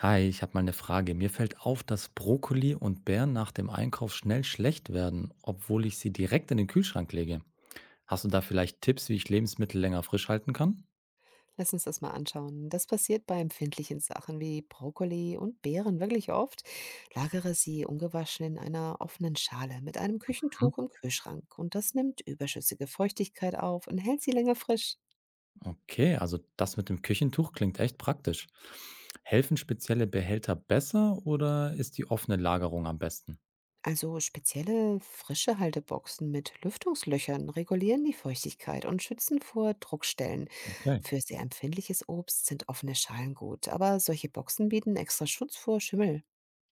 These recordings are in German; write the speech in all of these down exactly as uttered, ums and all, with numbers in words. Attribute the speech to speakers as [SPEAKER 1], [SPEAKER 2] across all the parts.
[SPEAKER 1] Hi, ich habe mal eine Frage. Mir fällt auf, dass Brokkoli und Beeren nach dem Einkauf schnell schlecht werden, obwohl ich sie direkt in den Kühlschrank lege. Hast du da vielleicht Tipps, wie ich Lebensmittel länger frisch halten kann?
[SPEAKER 2] Lass uns das mal anschauen. Das passiert bei empfindlichen Sachen wie Brokkoli und Beeren wirklich oft. Lagere sie ungewaschen in einer offenen Schale mit einem
[SPEAKER 1] Mhm.
[SPEAKER 2] Küchentuch im Kühlschrank und das nimmt überschüssige Feuchtigkeit auf und hält sie länger frisch.
[SPEAKER 1] Okay, also das mit dem Küchentuch klingt echt praktisch. Helfen spezielle Behälter besser oder ist die offene Lagerung am besten?
[SPEAKER 2] Also spezielle frische Halteboxen mit Lüftungslöchern regulieren die Feuchtigkeit und schützen vor Druckstellen.
[SPEAKER 1] Okay.
[SPEAKER 2] Für sehr empfindliches Obst sind offene Schalen gut, aber solche Boxen bieten extra Schutz vor Schimmel.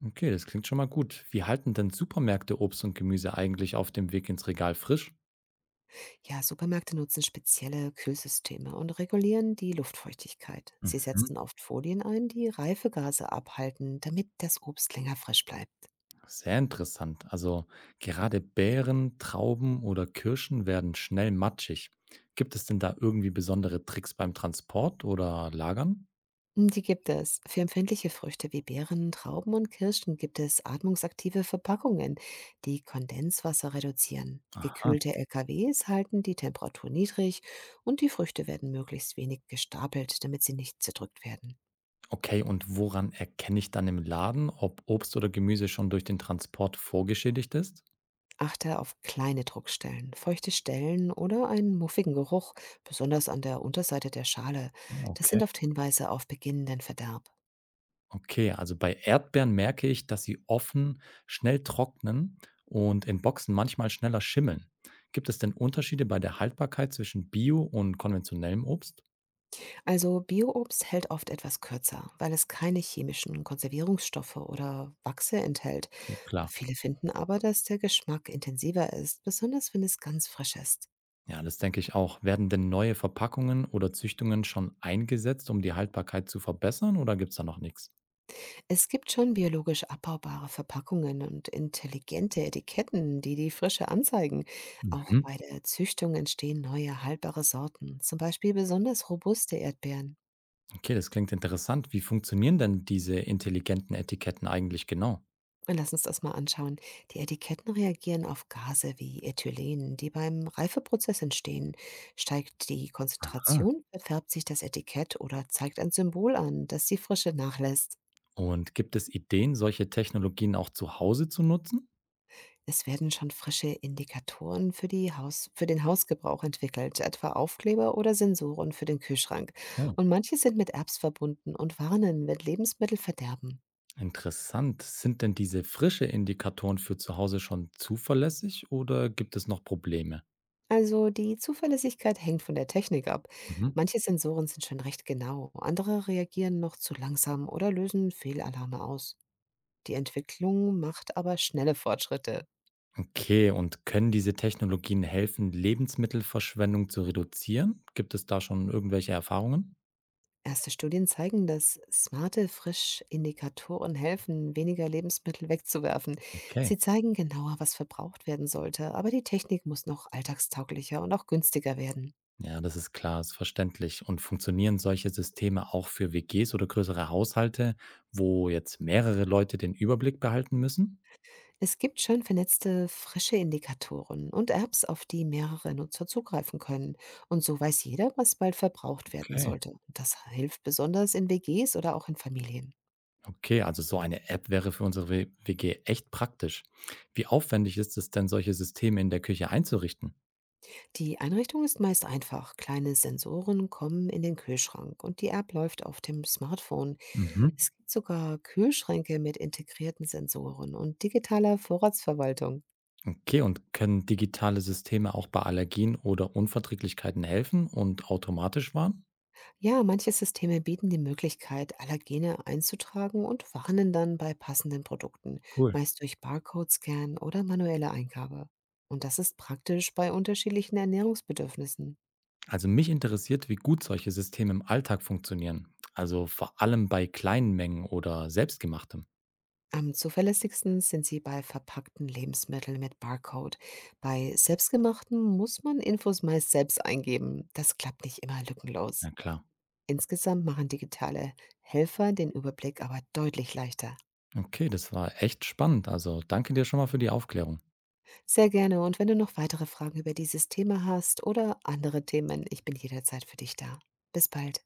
[SPEAKER 1] Okay, das klingt schon mal gut. Wie halten denn Supermärkte Obst und Gemüse eigentlich auf dem Weg ins Regal frisch?
[SPEAKER 2] Ja, Supermärkte nutzen spezielle Kühlsysteme und regulieren die Luftfeuchtigkeit. Sie setzen
[SPEAKER 1] Mhm.
[SPEAKER 2] oft Folien ein, die Reifegase abhalten, damit das Obst länger frisch bleibt.
[SPEAKER 1] Sehr interessant. Also gerade Beeren, Trauben oder Kirschen werden schnell matschig. Gibt es denn da irgendwie besondere Tricks beim Transport oder Lagern?
[SPEAKER 2] Hm, Die gibt es. Für empfindliche Früchte wie Beeren, Trauben und Kirschen gibt es atmungsaktive Verpackungen, die Kondenswasser reduzieren.
[SPEAKER 1] Aha.
[SPEAKER 2] Gekühlte L K Ws halten die Temperatur niedrig und die Früchte werden möglichst wenig gestapelt, damit sie nicht zerdrückt werden.
[SPEAKER 1] Okay, und woran erkenne ich dann im Laden, ob Obst oder Gemüse schon durch den Transport vorgeschädigt ist?
[SPEAKER 2] Achte auf kleine Druckstellen, feuchte Stellen oder einen muffigen Geruch, besonders an der Unterseite der Schale. Das
[SPEAKER 1] Okay.
[SPEAKER 2] sind oft Hinweise auf beginnenden Verderb.
[SPEAKER 1] Okay, also bei Erdbeeren merke ich, dass sie offen schnell trocknen und in Boxen manchmal schneller schimmeln. Gibt es denn Unterschiede bei der Haltbarkeit zwischen Bio und konventionellem Obst?
[SPEAKER 2] Also Bioobst hält oft etwas kürzer, weil es keine chemischen Konservierungsstoffe oder Wachse enthält.
[SPEAKER 1] Klar.
[SPEAKER 2] Viele finden aber, dass der Geschmack intensiver ist, besonders wenn es ganz frisch ist.
[SPEAKER 1] Ja, das denke ich auch. Werden denn neue Verpackungen oder Züchtungen schon eingesetzt, um die Haltbarkeit zu verbessern oder gibt es da noch nichts?
[SPEAKER 2] Es gibt schon biologisch abbaubare Verpackungen und intelligente Etiketten, die die Frische anzeigen. Auch
[SPEAKER 1] Mhm.
[SPEAKER 2] bei der Züchtung entstehen neue haltbare Sorten, zum Beispiel besonders robuste Erdbeeren.
[SPEAKER 1] Okay, das klingt interessant. Wie funktionieren denn diese intelligenten Etiketten eigentlich genau?
[SPEAKER 2] Lass uns das mal anschauen. Die Etiketten reagieren auf Gase wie Ethylen, die beim Reifeprozess entstehen. Steigt die
[SPEAKER 1] Aha.
[SPEAKER 2] Konzentration, verfärbt sich das Etikett oder zeigt ein Symbol an, dass die Frische nachlässt.
[SPEAKER 1] Und gibt es Ideen, solche Technologien auch zu Hause zu nutzen?
[SPEAKER 2] Es werden schon frische Indikatoren für, die Haus für den Hausgebrauch entwickelt, etwa Aufkleber oder Sensoren für den Kühlschrank.
[SPEAKER 1] Okay.
[SPEAKER 2] Und manche sind mit Apps verbunden und warnen, wenn Lebensmittel verderben.
[SPEAKER 1] Interessant. Sind denn diese frische Indikatoren für zu Hause schon zuverlässig oder gibt es noch Probleme?
[SPEAKER 2] Also die Zuverlässigkeit hängt von der Technik ab.
[SPEAKER 1] Mhm.
[SPEAKER 2] Manche Sensoren sind schon recht genau, andere reagieren noch zu langsam oder lösen Fehlalarme aus. Die Entwicklung macht aber schnelle Fortschritte.
[SPEAKER 1] Okay, und können diese Technologien helfen, Lebensmittelverschwendung zu reduzieren? Gibt es da schon irgendwelche Erfahrungen?
[SPEAKER 2] Erste Studien zeigen, dass smarte Frischindikatoren helfen, weniger Lebensmittel wegzuwerfen.
[SPEAKER 1] Okay.
[SPEAKER 2] Sie zeigen genauer, was verbraucht werden sollte, aber die Technik muss noch alltagstauglicher und auch günstiger werden.
[SPEAKER 1] Ja, das ist klar, ist verständlich. Und funktionieren solche Systeme auch für W Gs oder größere Haushalte, wo jetzt mehrere Leute den Überblick behalten müssen?
[SPEAKER 2] Es gibt schon vernetzte frische Indikatoren und Apps, auf die mehrere Nutzer zugreifen können. Und so weiß jeder, was bald verbraucht werden
[SPEAKER 1] Okay.
[SPEAKER 2] sollte. Das hilft besonders in W Gs oder auch in Familien.
[SPEAKER 1] Okay, also so eine App wäre für unsere W- WG echt praktisch. Wie aufwendig ist es denn, solche Systeme in der Küche einzurichten?
[SPEAKER 2] Die Einrichtung ist meist einfach. Kleine Sensoren kommen in den Kühlschrank und die App läuft auf dem Smartphone.
[SPEAKER 1] Mhm.
[SPEAKER 2] Es gibt sogar Kühlschränke mit integrierten Sensoren und digitaler Vorratsverwaltung.
[SPEAKER 1] Okay, und können digitale Systeme auch bei Allergien oder Unverträglichkeiten helfen und automatisch warnen?
[SPEAKER 2] Ja, manche Systeme bieten die Möglichkeit, Allergene einzutragen und warnen dann bei passenden Produkten,
[SPEAKER 1] Cool.
[SPEAKER 2] meist durch Barcode-Scan oder manuelle Eingabe. Und das ist praktisch bei unterschiedlichen Ernährungsbedürfnissen.
[SPEAKER 1] Also mich interessiert, wie gut solche Systeme im Alltag funktionieren. Also vor allem bei kleinen Mengen oder selbstgemachtem.
[SPEAKER 2] Am zuverlässigsten sind sie bei verpackten Lebensmitteln mit Barcode. Bei selbstgemachten muss man Infos meist selbst eingeben. Das klappt nicht immer lückenlos.
[SPEAKER 1] Na klar.
[SPEAKER 2] Insgesamt machen digitale Helfer den Überblick aber deutlich leichter.
[SPEAKER 1] Okay, das war echt spannend. Also danke dir schon mal für die Aufklärung.
[SPEAKER 2] Sehr gerne und wenn du noch weitere Fragen über dieses Thema hast oder andere Themen, ich bin jederzeit für dich da. Bis bald.